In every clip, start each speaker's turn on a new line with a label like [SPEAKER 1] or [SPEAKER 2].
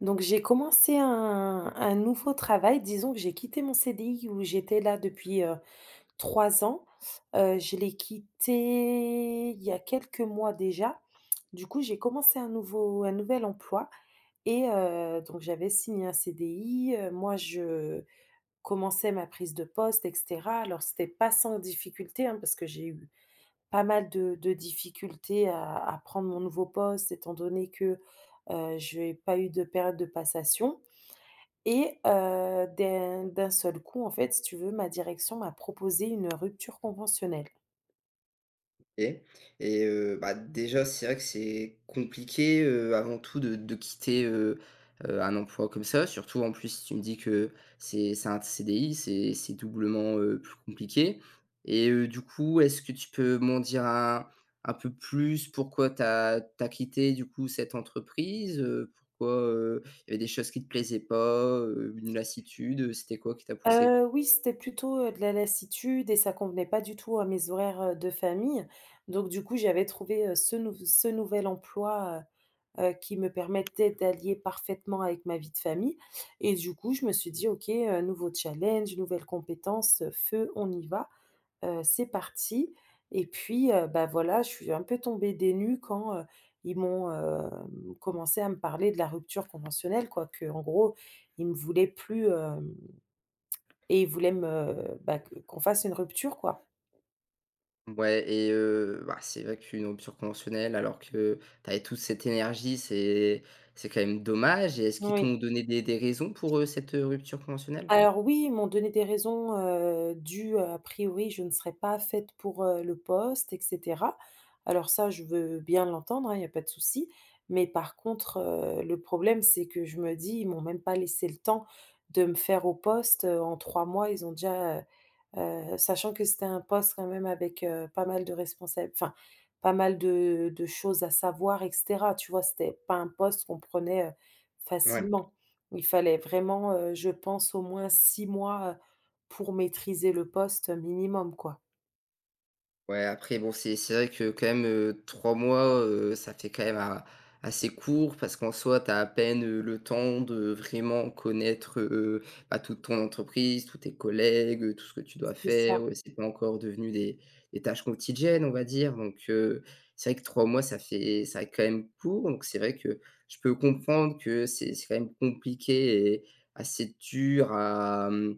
[SPEAKER 1] Donc j'ai commencé un nouveau travail. Disons que j'ai quitté mon CDI où j'étais là depuis, 3 ans. Je l'ai quitté il y a quelques mois déjà. Du coup, j'ai commencé un nouvel emploi et donc j'avais signé un CDI, moi je commençais ma prise de poste, et cetera. Alors c'était pas sans difficulté, hein, parce que j'ai eu pas mal de difficultés à prendre mon nouveau poste étant donné que, je n'ai pas eu de période de passation. Et d'un seul coup, en fait, si tu veux, ma direction m'a proposé une rupture conventionnelle.
[SPEAKER 2] Et Déjà, c'est vrai que c'est compliqué, avant tout de quitter, un emploi comme ça. Surtout, en plus, si tu me dis que c'est un CDI, c'est doublement, plus compliqué et du coup, est-ce que tu peux m'en dire un peu plus? Pourquoi tu as quitté, du coup, cette entreprise? Pourquoi, il y avait des choses qui te plaisaient pas, une lassitude, c'était quoi qui t'a poussé?
[SPEAKER 1] Oui, c'était plutôt, de la lassitude, et ça convenait pas du tout à mes horaires, de famille. Donc du coup, j'avais trouvé, ce nouvel emploi, qui me permettait d'allier parfaitement avec ma vie de famille, et du coup, je me suis dit: «OK, nouveau challenge, nouvelle compétence, feu, on y va». C'est parti. Et puis, bah, voilà, je suis un peu tombée des nues quand, ils m'ont, commencé à me parler de la rupture conventionnelle, quoi, que en gros, ils me voulaient plus, hem et ils voulaient me, bah, que qu'on fasse une rupture, quoi.
[SPEAKER 2] Ouais, et bah, c'est vrai qu'une rupture conventionnelle alors que tu avais toute cette énergie, c'est quand même dommage, et est-ce qu'ils
[SPEAKER 1] Oui.
[SPEAKER 2] t'ont donné des raisons pour, cette, rupture conventionnelle?
[SPEAKER 1] Alors oui, ils m'ont donné des raisons, dues, a priori, je ne serais pas faite pour, le poste, et cetera. Alors ça, je veux bien l'entendre, hein, il n'y a pas de souci. Mais par contre, le problème, c'est que je me dis: «Ils m'ont même pas laissé le temps de me faire au poste». En 3 mois, ils ont déjà, sachant que c'était un poste quand même avec, pas mal de responsa enfin, pas mal de choses à savoir, et cetera, tu vois? C'était pas un poste qu'on prenait, facilement. Il fallait vraiment, je pense au moins 6 mois, pour maîtriser le poste minimum, quoi.
[SPEAKER 2] Ouais, après bon, c'est vrai que quand même, 3 mois, ça fait quand même a assez court parce qu'en soi, tu as à peine, le temps de vraiment connaître, bah, toute ton entreprise, tous tes collègues, tout ce que tu dois
[SPEAKER 1] C'est ça.
[SPEAKER 2] faire, c'est pas encore devenu des tâches quotidiennes, on va dire. Donc c'est vrai que 3 mois, ça fait quand même court, donc c'est vrai que je peux comprendre que c'est quand même compliqué et assez dur. Mmh.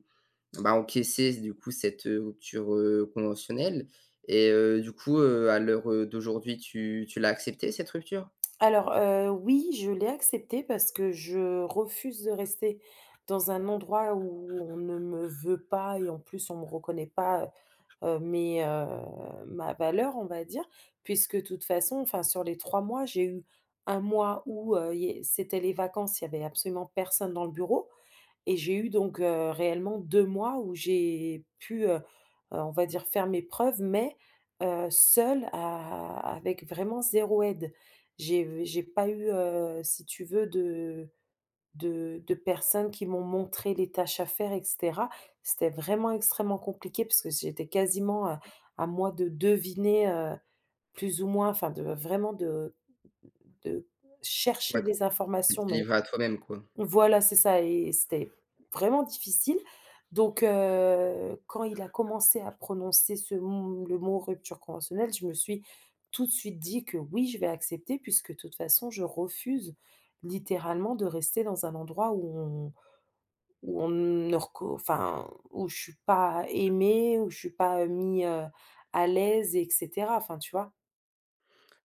[SPEAKER 2] Bah, encaisser du coup cette, rupture, conventionnelle, et du coup, à l'heure, d'aujourd'hui, tu l'as accepté, cette rupture?
[SPEAKER 1] Alors, oui, je l'ai accepté parce que je refuse de rester dans un endroit où on ne me veut pas et en plus on ne me reconnaît pas, ma valeur, on va dire, puisque de toute façon, enfin, sur les 3 mois, j'ai eu un mois où, c'était les vacances, il y avait absolument personne dans le bureau, et j'ai eu donc, réellement 2 mois où j'ai pu, on va dire faire mes preuves, mais, seule à avec vraiment zéro aide. J'ai pas eu, si tu veux, de personnes qui m'ont montré les tâches à faire, et cetera. C'était vraiment extrêmement compliqué parce que j'étais quasiment à moi de deviner, plus ou moins, enfin de vraiment de chercher
[SPEAKER 2] Ouais,
[SPEAKER 1] les
[SPEAKER 2] tu
[SPEAKER 1] informations,
[SPEAKER 2] t'es
[SPEAKER 1] mais
[SPEAKER 2] livré à toi-même, quoi.
[SPEAKER 1] voilà, c'est ça, et c'était vraiment difficile. Donc quand il a commencé à prononcer ce m le mot «rupture conventionnelle», je me suis tout de suite dit que oui, je vais accepter, puisque de toute façon je refuse littéralement de rester dans un endroit où on ne reco enfin, où je suis pas aimée, où je suis pas, mis, à l'aise, et cetera, enfin, tu vois?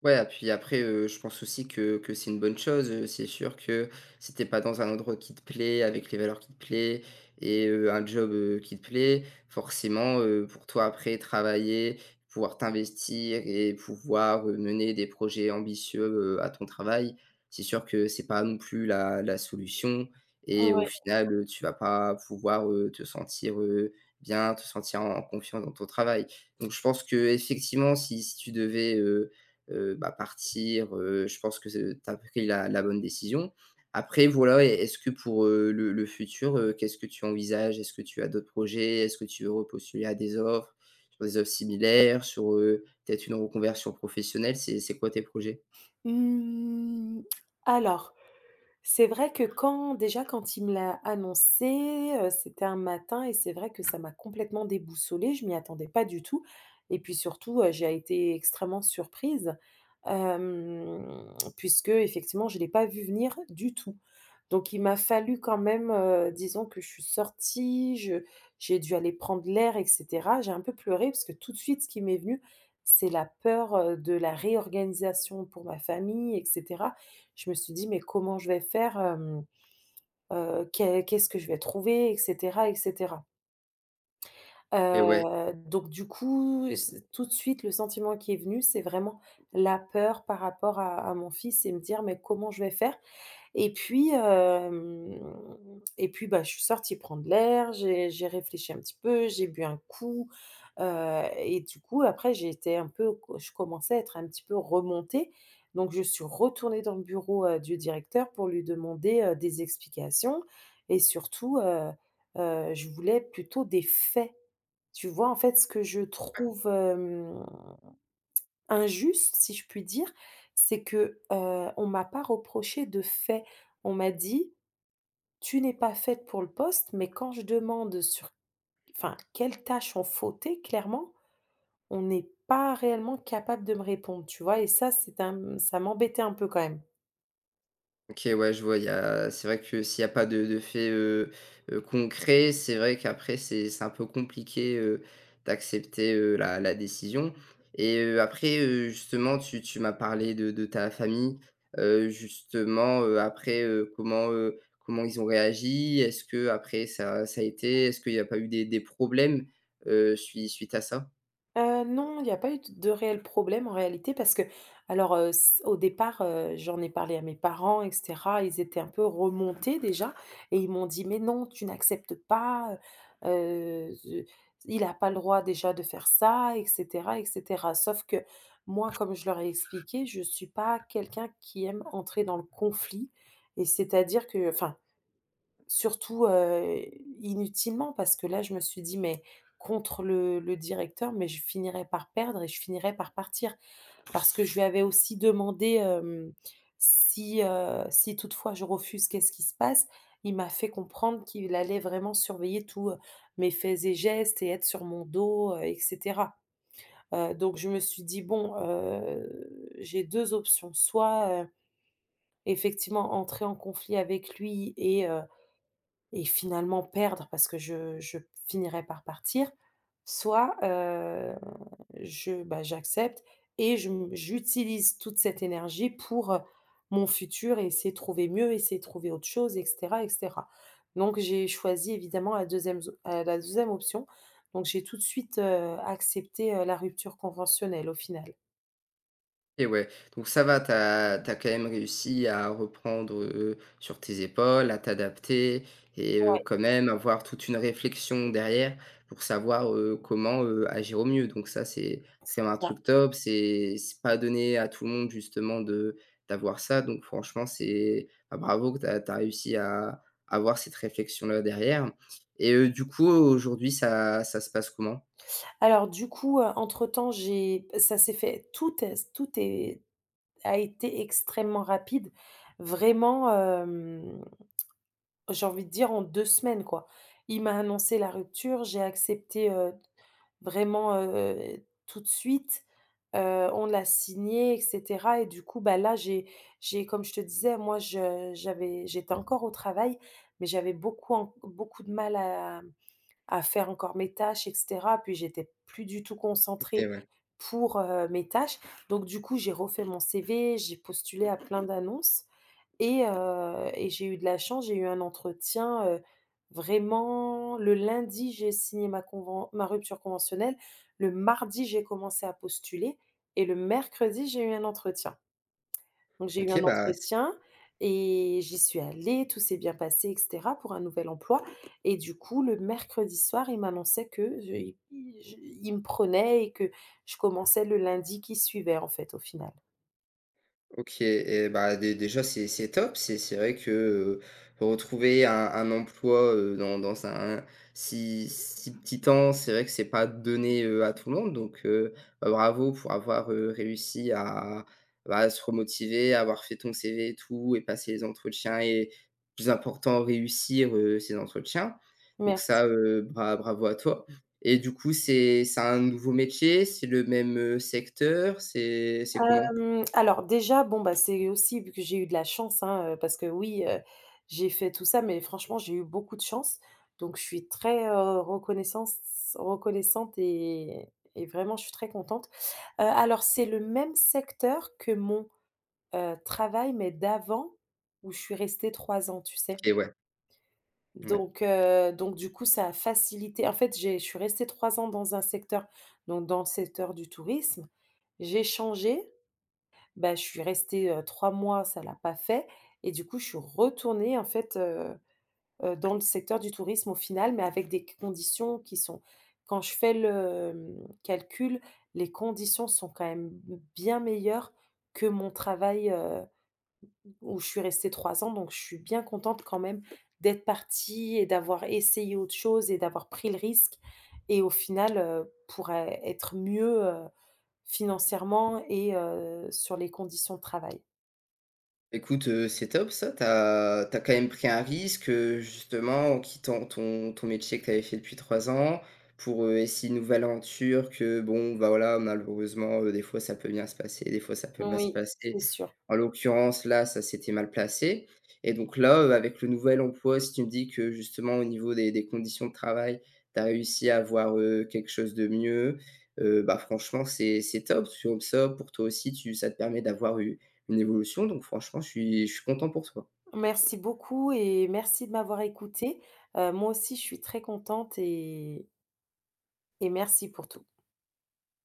[SPEAKER 2] Ouais, puis après, je pense aussi que c'est une bonne chose, c'est sûr que si tu pas dans un endroit qui te plaît, avec les valeurs qui te plaît et un job, qui te plaît, forcément, pour toi après travailler, pouvoir t'investir et pouvoir, mener des projets ambitieux, à ton travail, c'est sûr que c'est pas non plus la solution, et au
[SPEAKER 1] Ouais.
[SPEAKER 2] final, tu vas pas pouvoir, te sentir, bien, te sentir en confiance dans ton travail. Donc je pense que effectivement si bah, partir, je pense que c'est tu as pris la bonne décision. Après voilà, est-ce que pour, le futur, qu'est-ce que tu envisages? Est-ce que tu as d'autres projets? Est-ce que tu veux repostuler à des offres, sur des offres similaires, sur, peut-être une reconversion professionnelle? C'est quoi tes projets?
[SPEAKER 1] Mmh, alors, c'est vrai que quand il me l'a annoncé, c'était un matin, et c'est vrai que ça m'a complètement déboussolée, je m'y attendais pas du tout, et puis surtout, j'ai été extrêmement surprise, hem, puisque effectivement je l'ai pas vu venir du tout. Donc il m'a fallu quand même, disons que je suis sortie, je j'ai dû aller prendre l'air, et cetera. J'ai un peu pleuré parce que tout de suite ce qui m'est venu, c'est la peur, de la réorganisation pour ma famille, et cetera. Je me suis dit: «Mais comment je vais faire, qu'est-ce que je vais trouver?» et cetera, et cetera.
[SPEAKER 2] Et ouais.
[SPEAKER 1] Donc du coup, c tout de suite, le sentiment qui est venu, c'est vraiment la peur par rapport à mon fils, et me dire: «Mais comment je vais faire?» Et puis, bah, je suis sortie prendre l'air, j'ai réfléchi un petit peu, j'ai bu un coup, et du coup, après, j'étais un peu, je commençais à être un petit peu remontée. Donc je suis retournée dans le bureau, du directeur, pour lui demander, des explications, et surtout, je voulais plutôt des faits. Tu vois? En fait, ce que je trouve, injuste, si je puis dire, c'est que, on m'a pas reproché de faits. On m'a dit tu n'es pas faite pour le poste, mais quand je demande sur, enfin, quelles tâches ont fauté, clairement, on n'est pas réellement capable de me répondre, tu vois? Et ça, c'est un ça m'embêtait un peu quand même.
[SPEAKER 2] OK, ouais, je vois, il y a c'est vrai que s'il y a pas de fait, concret, c'est vrai qu'après c'est un peu compliqué, d'accepter, la décision, et après, justement, tu m'as parlé de ta famille, justement, après, comment, comment ils ont réagi? Est-ce que après ça a été? Est-ce qu'il y a pas eu des problèmes, suite à ça?
[SPEAKER 1] Non, il y a pas eu d de réel problème en réalité, parce que, alors, s au départ, j'en ai parlé à mes parents, et cetera. Ils étaient un peu remontés déjà, et ils m'ont dit: «Mais non, tu n'acceptes pas, ze il a pas le droit déjà de faire ça» et cetera, et cetera. Sauf que moi, comme je leur ai expliqué, je suis pas quelqu'un qui aime entrer dans le conflit, et c'est-à-dire que, enfin, surtout, inutilement, parce que là, je me suis dit: «Mais contre le directeur, mais je finirais par perdre et je finirais par partir». Parce que je lui avais aussi demandé, si toutefois je refuse, qu'est-ce qui se passe? Il m'a fait comprendre qu'il allait vraiment surveiller tous, mes faits et gestes et être sur mon dos, et cetera. Donc je me suis dit: «Bon, j'ai 2 options, soit, effectivement entrer en conflit avec lui,» et finalement perdre, parce que je finirais par partir, soit, je, bah, j'accepte, et je m j'utilise toute cette énergie pour, mon futur, et essayer de trouver mieux, essayer de trouver autre chose, et cetera, et cetera. Donc j'ai choisi évidemment la deuxième option. Donc j'ai tout de suite, accepté, la rupture conventionnelle au final.
[SPEAKER 2] Et ouais, donc ça va. T'as quand même réussi à reprendre, sur tes épaules, à t'adapter, et
[SPEAKER 1] Ouais,
[SPEAKER 2] quand même avoir toute une réflexion derrière pour savoir, comment, agir au mieux. Donc ça, c'est quand
[SPEAKER 1] c'est
[SPEAKER 2] même un
[SPEAKER 1] ça.
[SPEAKER 2] truc top, c'est pas donné à tout le monde justement de d'avoir ça. Donc franchement, c'est bah, bravo que t'as réussi à avoir cette réflexion-là derrière, et du coup, aujourd'hui, ça se passe comment?
[SPEAKER 1] Alors du coup, entre temps, j'ai ça s'est fait tout est a été extrêmement rapide. Vraiment, j'ai envie de dire, en 2 semaines, quoi. Il m'a annoncé la rupture, j'ai accepté, vraiment, tout de suite. On l'a signé, et cetera, et du coup, bah, là, j'ai comme je te disais, moi, je j'étais encore au travail, mais j'avais beaucoup de mal à faire encore mes tâches, et cetera. Puis j'étais plus du tout concentrée
[SPEAKER 2] OK, ouais.
[SPEAKER 1] pour, mes tâches. Donc du coup, j'ai refait mon CV, j'ai postulé à plein d'annonces, et j'ai eu de la chance, j'ai eu un entretien, vraiment le lundi, j'ai signé ma rupture conventionnelle. Le mardi, j'ai commencé à postuler, et le mercredi, j'ai eu un entretien. Donc j'ai eu
[SPEAKER 2] OK,
[SPEAKER 1] un
[SPEAKER 2] bah.
[SPEAKER 1] entretien, et j'y suis allée, tout s'est bien passé, et cetera, pour un nouvel emploi, et du coup, le mercredi soir, il m'annonçait que je i je il me prenait, et que je commençais le lundi qui suivait, en fait, au final.
[SPEAKER 2] OK, et bah, dé déjà, c'est top. C'est vrai que, heu, retrouver un emploi, dans un si petit temps, c'est vrai que c'est pas donné, à tout le monde, donc bah, bravo pour avoir, réussi à, bah, se remotiver, avoir fait ton CV, et tout, et passer les entretiens et plus important, réussir, ces entretiens. Donc
[SPEAKER 1] Merci.
[SPEAKER 2] ça, bravo à toi. Et du coup, c'est un nouveau métier? C'est le même, secteur? C'est comment?
[SPEAKER 1] Alors déjà, bon, bah, c'est aussi vu que j'ai eu de la chance, hein, parce que oui, j'ai fait tout ça, mais franchement, j'ai eu beaucoup de chance. Donc je suis très, reconnaissance reconnaissante, et vraiment je suis très contente. Alors c'est le même secteur que mon, travail, mais d'avant, où je suis restée 3 ans, tu sais?
[SPEAKER 2] OK, ouais, ouais.
[SPEAKER 1] Donc du coup, ça a facilité, en fait, j'ai je suis restée 3 ans dans un secteur, donc dans le secteur du tourisme. J'ai changé, bah, je suis restée, 3 mois, ça l'a pas fait, et du coup, je suis retournée, en fait, dans le secteur du tourisme au final, mais avec des conditions qui sont quand je fais le, mmh, calcul, les conditions sont quand même bien meilleures que mon travail, où je suis restée 3 ans, donc je suis bien contente quand même d'être partie, et d'avoir essayé autre chose, et d'avoir pris le risque, et au final, pour é être mieux, financièrement, et sur les conditions de travail.
[SPEAKER 2] Écoute, c'est top ça. T'as quand même pris un risque, justement, en quittant ton métier que t'avais fait depuis 3 ans, pour, essayer une nouvelle aventure. Que bon, bah, voilà, malheureusement, des fois ça peut bien se passer, des fois ça peut mal se
[SPEAKER 1] Oui,
[SPEAKER 2] passer.
[SPEAKER 1] c'est sûr.
[SPEAKER 2] En l'occurrence, là, ça s'était mal placé, et donc là, avec le nouvel emploi, si tu me dis que justement au niveau des conditions de travail, t'as réussi à avoir, quelque chose de mieux, bah, franchement c'est top. Comme ça, pour toi aussi, tu ça te permet d'avoir eu une évolution, donc franchement, je suis content pour toi.
[SPEAKER 1] Merci beaucoup, et merci de m'avoir écoutée. Moi aussi, je suis très contente et merci pour tout